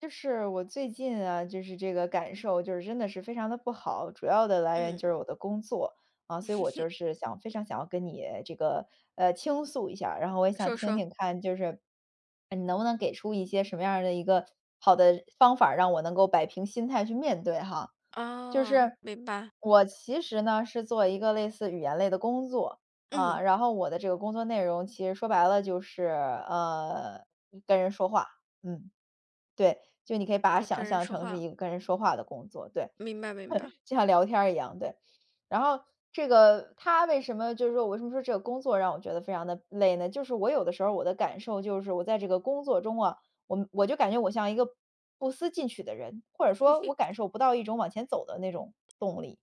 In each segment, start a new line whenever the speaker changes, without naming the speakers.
就是我最近啊，就是这个感受，就是真的是非常的不好，主要的来源
嗯，
就是我的工作啊，所以我就 是想非常想要跟你这个倾诉一下，然后我也想
说
听
说，
听看，就是你能不能给出一些什么样儿的一个好的方法，让我能够摆平心态去面对哈。就
哦，
是
明白，
我其实呢是做一个类似语言类的工作啊，
嗯，
然后我的这个工作内容其实说白了就是跟人说话，嗯。对，就你可以把它
哦，
想
跟人
象
说
成是
话，
一个跟人说话的工作，对，
明白明白
就像聊天儿一样，对。然后这个他为什么就是说我为什么说这个工作让我觉得非常的累呢？就是我有的时候我的感受就是我在这个工作中啊，我就感觉我像一个不思进取的人，或者说我感 受不到一种往前走的那种动力。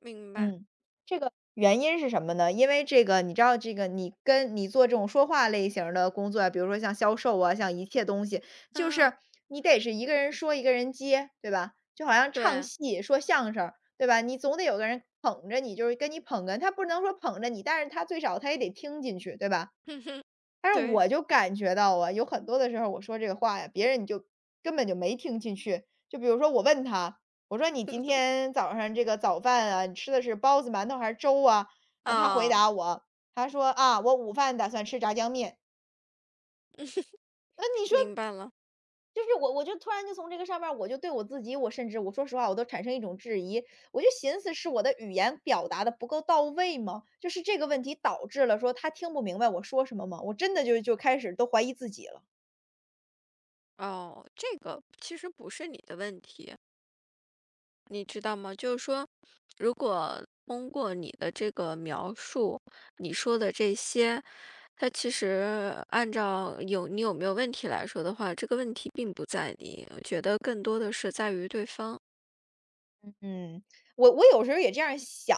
明白，
嗯，这个原因是什么呢？因为这个你知道这个你跟你做这种说话类型儿的工作啊，比如说像销售啊，像一切东西，就
啊，
是你得是一个人说一个人接，对吧？就好像唱
对，
戏说相声，对吧？你总得有个人捧着你，就是跟你捧哏，他不能说捧着你，但是他最少他也得听进去，对吧？但是
对，
我就感觉到啊，有很多的时候我说这个话呀，别人你就根本就没听进去。就比如说我问他，我说：“你今天早上这个早饭啊，你吃的是包子、馒头还是粥啊？”啊，他回
哦，
答我，他说：“啊，我午饭打算吃炸酱面。”那你说，
明白了，
就是我就突然就从这个上面儿我就对我自己，我甚至我说实话，我都产生一种质疑。我就寻思是我的语言表达的不够到位吗？就是这个问题导致了说他听不明白我说什么吗？我真的就开始都怀疑自己了。
哦，这个其实不是你的问题，你知道吗？就是说，如果通过你的这个描述，你说的这些，它其实按照有你有没有问题来说的话，这个问题并不在你，我觉得更多的是在于对方。
嗯，我有时候也这样想，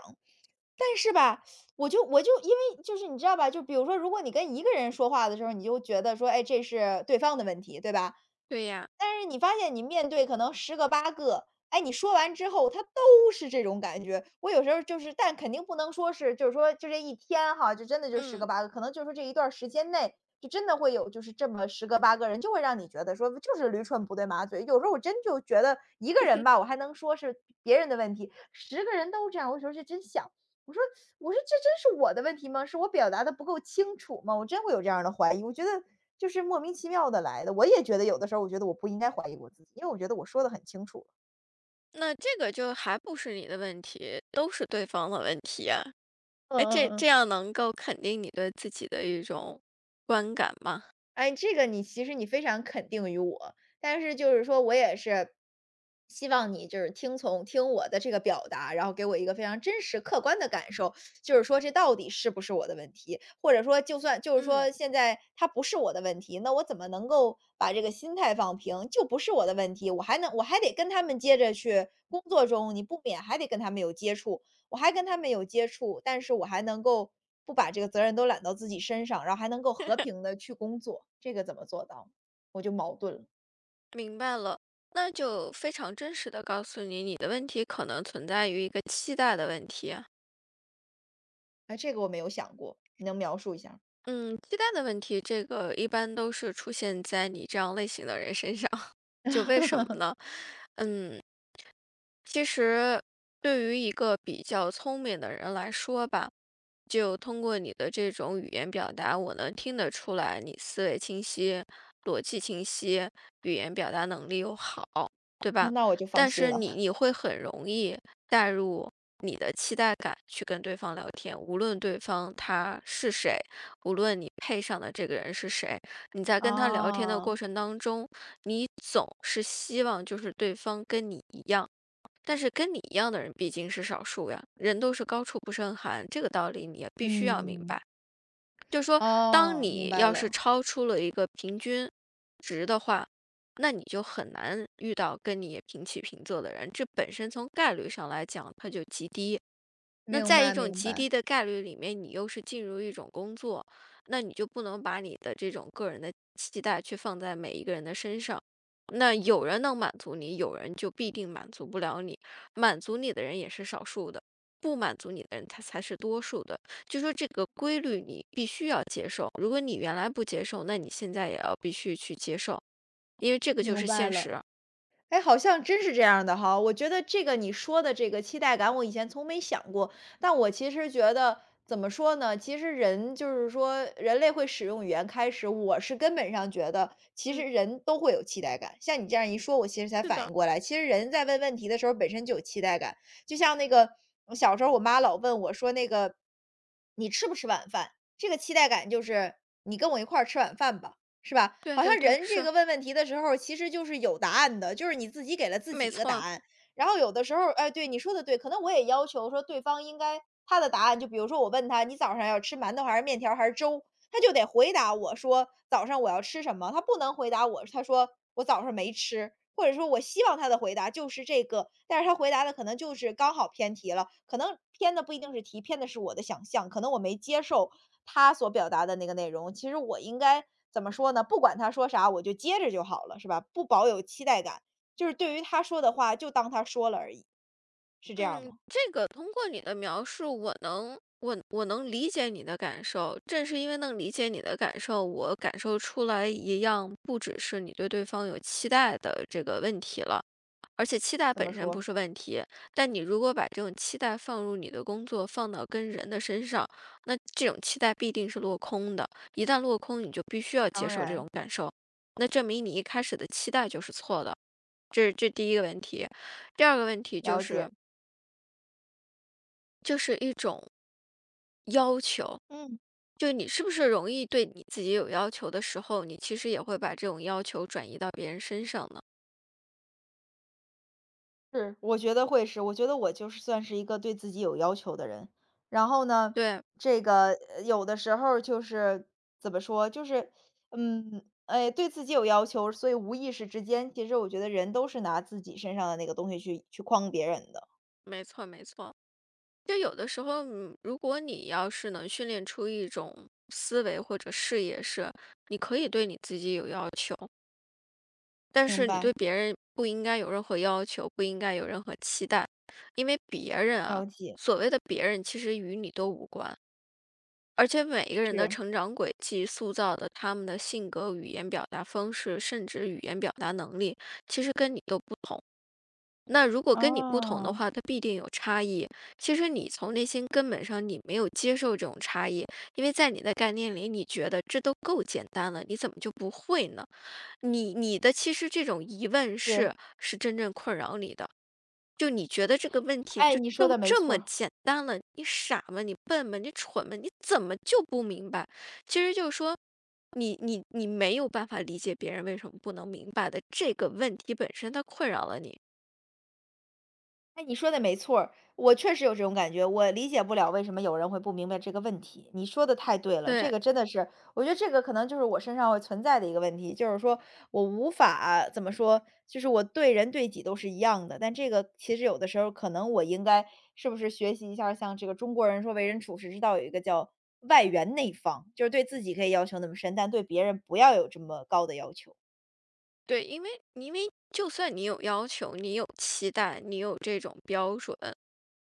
但是吧，我就因为就是你知道吧，就比如说，如果你跟一个人说话的时候，你就觉得说，哎，这是对方的问题，对吧？
对呀，
但是你发现你面对可能十个八个，哎，你说完之后，他都是这种感觉。我有时候就是，但肯定不能说是，就是说就这一天哈，就真的就十个
嗯，
八个，可能就是说这一段儿时间内，就真的会有就是这么十个八个人，就会让你觉得说就是驴唇不对马嘴。有时候我真就觉得一个人吧，我还能说是别人的问题，十个人都这样，我有时候就真想，我说我说这真是我的问题吗？是我表达的不够清楚吗？我真会有这样的怀疑，我觉得就是莫名其妙的来的。我也觉得有的时候，我觉得我不应该怀疑我自己，因为我觉得我说的很清楚了。
那这个就还不是你的问题，都是对方的问题啊。
嗯
哎，这
嗯
这
嗯。
样能够肯定你对自己的一种观感吗？
哎，这个你其实你非常肯定于我，但是就是说我也是希望你就是听从听我的这个表达，然后给我一个非常真实客观的感受，就是说这到底是不是我的问题？或者说就算就是
嗯，
说现在它不是我的问题，那我怎么能够把这个心态放平？就不是我的问题，我还能我还得跟他们接着去工作中，你不免还得跟他们有接触，我还跟他们有接触，但是我还能够不把这个责任都揽到自己身上，然后还能够和平的去工作，这个怎么做到？我就矛盾了，
明白了，那就非常真实的告诉你，你的问题可能存在于一个期待的问题啊。
哎，这个我没有想过，你能描述一下？
嗯，期待的问题，这个一般都是出现在你这样类型的人身上。就为什么呢？嗯，其实，对于一个比较聪明的人来说吧，就通过你的这种语言表达，我能听得出来你思维清晰、逻辑清晰，语言表达能力又好，对
哦，
吧？
那我就放
但
心
是你
了。
你会很容易带入你的期待感去跟对方聊天，无论对方他是谁，无论你配上的这个人是谁，你在跟他聊天的
啊，
过程当中，你总是希望就是对方跟你一样。但是跟你一样的人毕竟是少数呀，人都是高处不胜寒，这个道理你也必须要明
嗯，
白。就是说，当
哦，明
你
白
要是
了，
超出了一个平均值的话，那你就很难遇到跟你也平起平坐的人，这本身从概率上来讲，它就极低。那
明
在一
白
种
明
极
白，
低的概率里面，你又是进入一种工作，那你就不能把你的这种个人的期待去放在每一个人的身上。那有人能满足你，有人就必定满足不了你。满足你的人也是少数的，不满足你的人他才是多数的。就说这个规律，你必须要接受。如果你原来不接受，那你现在也要必须去接受，因为这个就
明
是
白
现
了。
实。
哎，好像真是这样的哈。我觉得这个你说的这个期待感，我以前从没想过。但我其实觉得，怎么说呢？其实人就是说，人类会使用语言开始，我是根本上觉得，其实
嗯，
人都会有期待感。像你这样一说，我其实才
是
反
的，
应过来，其实人在问问题的时候本身就有期待感。就像那个我小时候，我妈老问我说，那个你吃不吃晚饭？这个期待感就是你跟我一块儿吃晚饭吧。是吧？
对
好像
对对，
人这
是
个问问题的时候，其实就是有答案的，就是你自己给了自己
没
一个答
错。
案。然后有的时候，哎，对，你说的对，可能我也要求说对方应该他的答案，就比如说我问他，你早上要吃馒头还是面条还是粥，他就得回答我说早上我要吃什么，他不能回答我，他说我早上没吃，或者说我希望他的回答就是这个，但是他回答的可能就是刚好偏题了，可能偏的不一定是题，偏的是我的想象，可能我没接受他所表达的那个内容。其实我应该怎么说呢？不管他说啥，我就接着就好了，是吧？不保有期待感，就是对于他说的话，就当他说了而已，是这样
嗯，
吗？
这个通过你的描述，我能理解你的感受。正是因为能理解你的感受，我感受出来一样，不只是你对对方有期待的这个问题了，而且期待
怎么
本身
说？
不是问题。但你如果把这种期待放入你的工作，放到跟人的身上，那这种期待必定是落空的。一旦落空，你就必须要接
当
受这
然
种感受，那证明你一开始的期待就是错的。这是第一个问题，第二个问题就
了
是。
解。
就是一种要求。
嗯。
就你是不是容易对你自己有要求的时候，你其实也会把这种要求转移到别人身上呢？
是。我觉得会是，我觉得我就是算是一个对自己有要求的人。然后呢，
对，
这个有的时候就是怎么说，就是嗯，哎，对自己有要求，所以无意识之间，其实我觉得人都是拿自己身上的那个东西去框别人的。
没错没错。就有的时候，嗯，如果你要是能训练出一种思维或者视野是，你可以对你自己有要求，但
明
是你
白，
对别人不应该有任何要求，不应该有任何期待，因为别人啊，
了解，
所谓的别人其实与你都无关。而且每一个人的
是。
成长轨迹塑造的他们的性格、语言表达方式，甚至语言表达能力，其实跟你都不同。那如果跟你不同的
啊，
话，它必定有差异。其实你从内心根本上，你没有接受这种差异，因为在你的概念里，你觉得这都够简单了，你怎么就不会呢？你的其实这种疑问
是，
是真正困扰你的，就你觉得这个问题
哎，
就
你说
就
的没
这
错
么
儿
简单了，你傻吗？你笨吗？你蠢吗？你怎么就不明白？其实就是说，你没有办法理解别人为什么不能明白的这个问题本身，它困扰了你。
哎，你说的没错儿我确实有这种感觉，我理解不了为什么有人会不明白这个问题。你说的太对了，这
对
个真的是，我觉得这个可能就是我身上会存在的一个问题，就是说我无法怎么说，就是我对人对己都是一样的，但这个其实有的时候可能我应该是不是学习一下儿像这个中国人说为人处世之道有一个叫外圆内方，就是对自己可以要求那么深，但对别人不要有这么高的要求。
对，因为就算你有要求，你有期待，你有这种标准，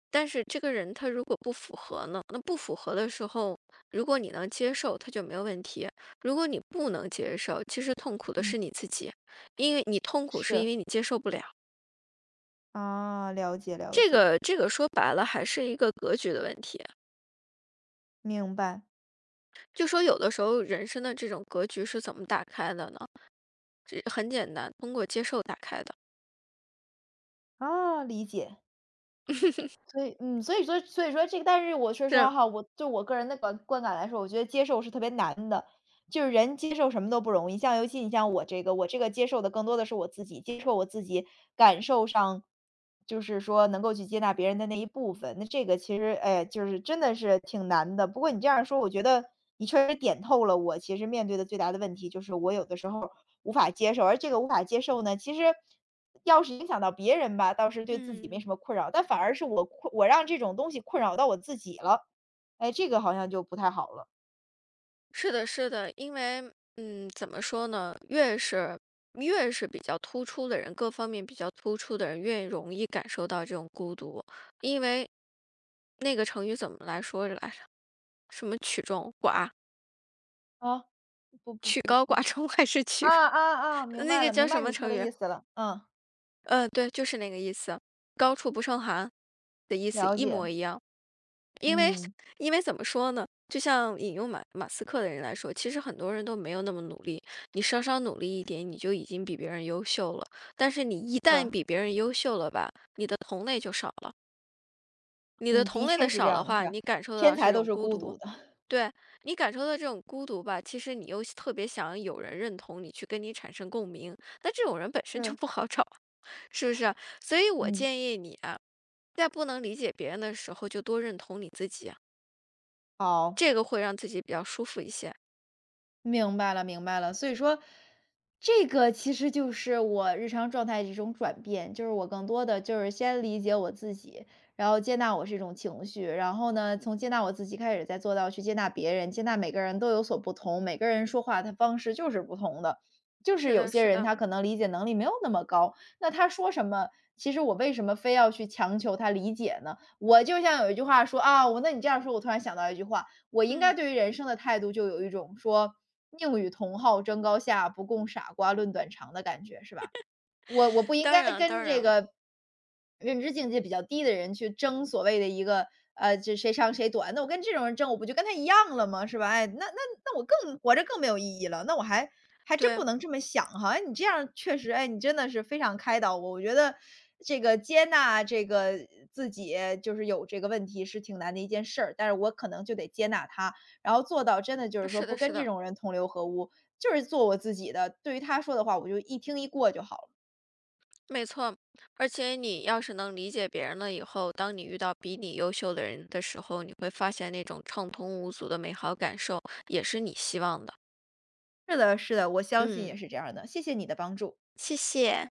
但是这个人他如果不符合呢？那不符合的时候，如果你能接受，他就没有问题；如果你不能接受，其实痛苦的
嗯，
是你自己，因为你痛苦是因
是
为你接受不了。
啊，了解了
这
解，
个这个说白了还是一个格局的问题。
明白
就说有的时候人生的这种格局是怎么打开的呢？这很简单，通过接受打开的。
啊，理解。所以嗯，所以说这个但是我说实话
是。
哈，我就我个人的观感来说，我觉得接受是特别难的。就是人接受什么都不容易，像尤其你像我这个，我这个接受的更多的是我自己，接受我自己感受上，就是说能够去接纳别人的那一部分，那这个其实，哎，就是真的是挺难的。不过你这样说，我觉得你确实点透了我其实面对的最大的问题，就是我有的时候无法接受，而这个无法接受呢，其实要是影响到别人吧，倒是对自己没
嗯。
什么困扰，但反而是我让这种东西困扰到我自己了，哎，这个好像就不太好了
是的，是的，因为嗯，怎么说呢？越是比较突出的人，各方面比较突出的人，越容易感受到这种孤独。因为那个成语怎么来说着来着？什么曲中寡，
啊，不不
曲
不。
高寡中还是
啊
曲
啊啊，明
那
白
个
了，
叫
明白
什么
你说
成
的
语？
意思了。嗯，
对，就是那个意思，“高处不胜寒”的意思
了
一
解。
模一样。因为
嗯，
因为怎么说呢，就像引用马斯克的人来说，其实很多人都没有那么努力，你稍稍努力一点，你就已经比别人优秀了。但是你一旦
是，
比别人优秀了吧，你的同类就少了，你的
嗯，的
同类
确
的
是这
少的
样的，
话，
是，
你感受
天
到是
才
一
都
种
是
孤
孤
独。
独的。
对，你感受到这种孤独吧，其实你又特别想有人认同你，去跟你产生共鸣，但这种人本身就
是，
不好找。是不是？所以我
嗯，
建议你啊，在不能理解别人的时候，就多认同你自己啊。
好。
这个会让自己比较舒服一些。
明白了，明白了。所以说，这个其实就是我日常状态的一种转变，就是我更多的就是先理解我自己，然后接纳我是一种情绪，然后呢，从接纳我自己开始，再做到去接纳别人，接纳每个人都有所不同，每个人说话的方式就是不同的。就是
是
有
的，
些
是
人
的，
他可能理解能力没有那么高，那他说什么，其实我为什么非要去强求他理解呢？我就像有一句话说啊，我那你这样说，我突然想到一句话，我应
嗯，
该对于人生的态度就有一种说“宁与同好争高下，不共傻瓜论短长”的感觉，是吧？我不应
当
该
然，
跟
当
这
然，
个认知境界比较低的人去争所谓的一个这谁长谁短，那我跟这种人争，我不就跟他一样了吗？是吧？哎，那我更活着更没有意义了，那我还还真不
对，
能这么想哈。哎，你这样确实，哎，你真的是非常开导我。我觉得这个接纳这个自己就是有这个问题是挺难的一件事儿，但是我可能就得接纳他，然后做到真的就是说
是
不
的，
跟
是
这
的，
种人同流合污，就是做我自己的。对于他说的话，我就一听一过就好了。
没错。而且你要是能理解别人了以后，当你遇到比你优秀的人的时候，你会发现那种畅通无阻的美好感受，也是你希望的。
是的，是的，我相信也
嗯。
是这样的，谢谢你的帮助。
谢谢。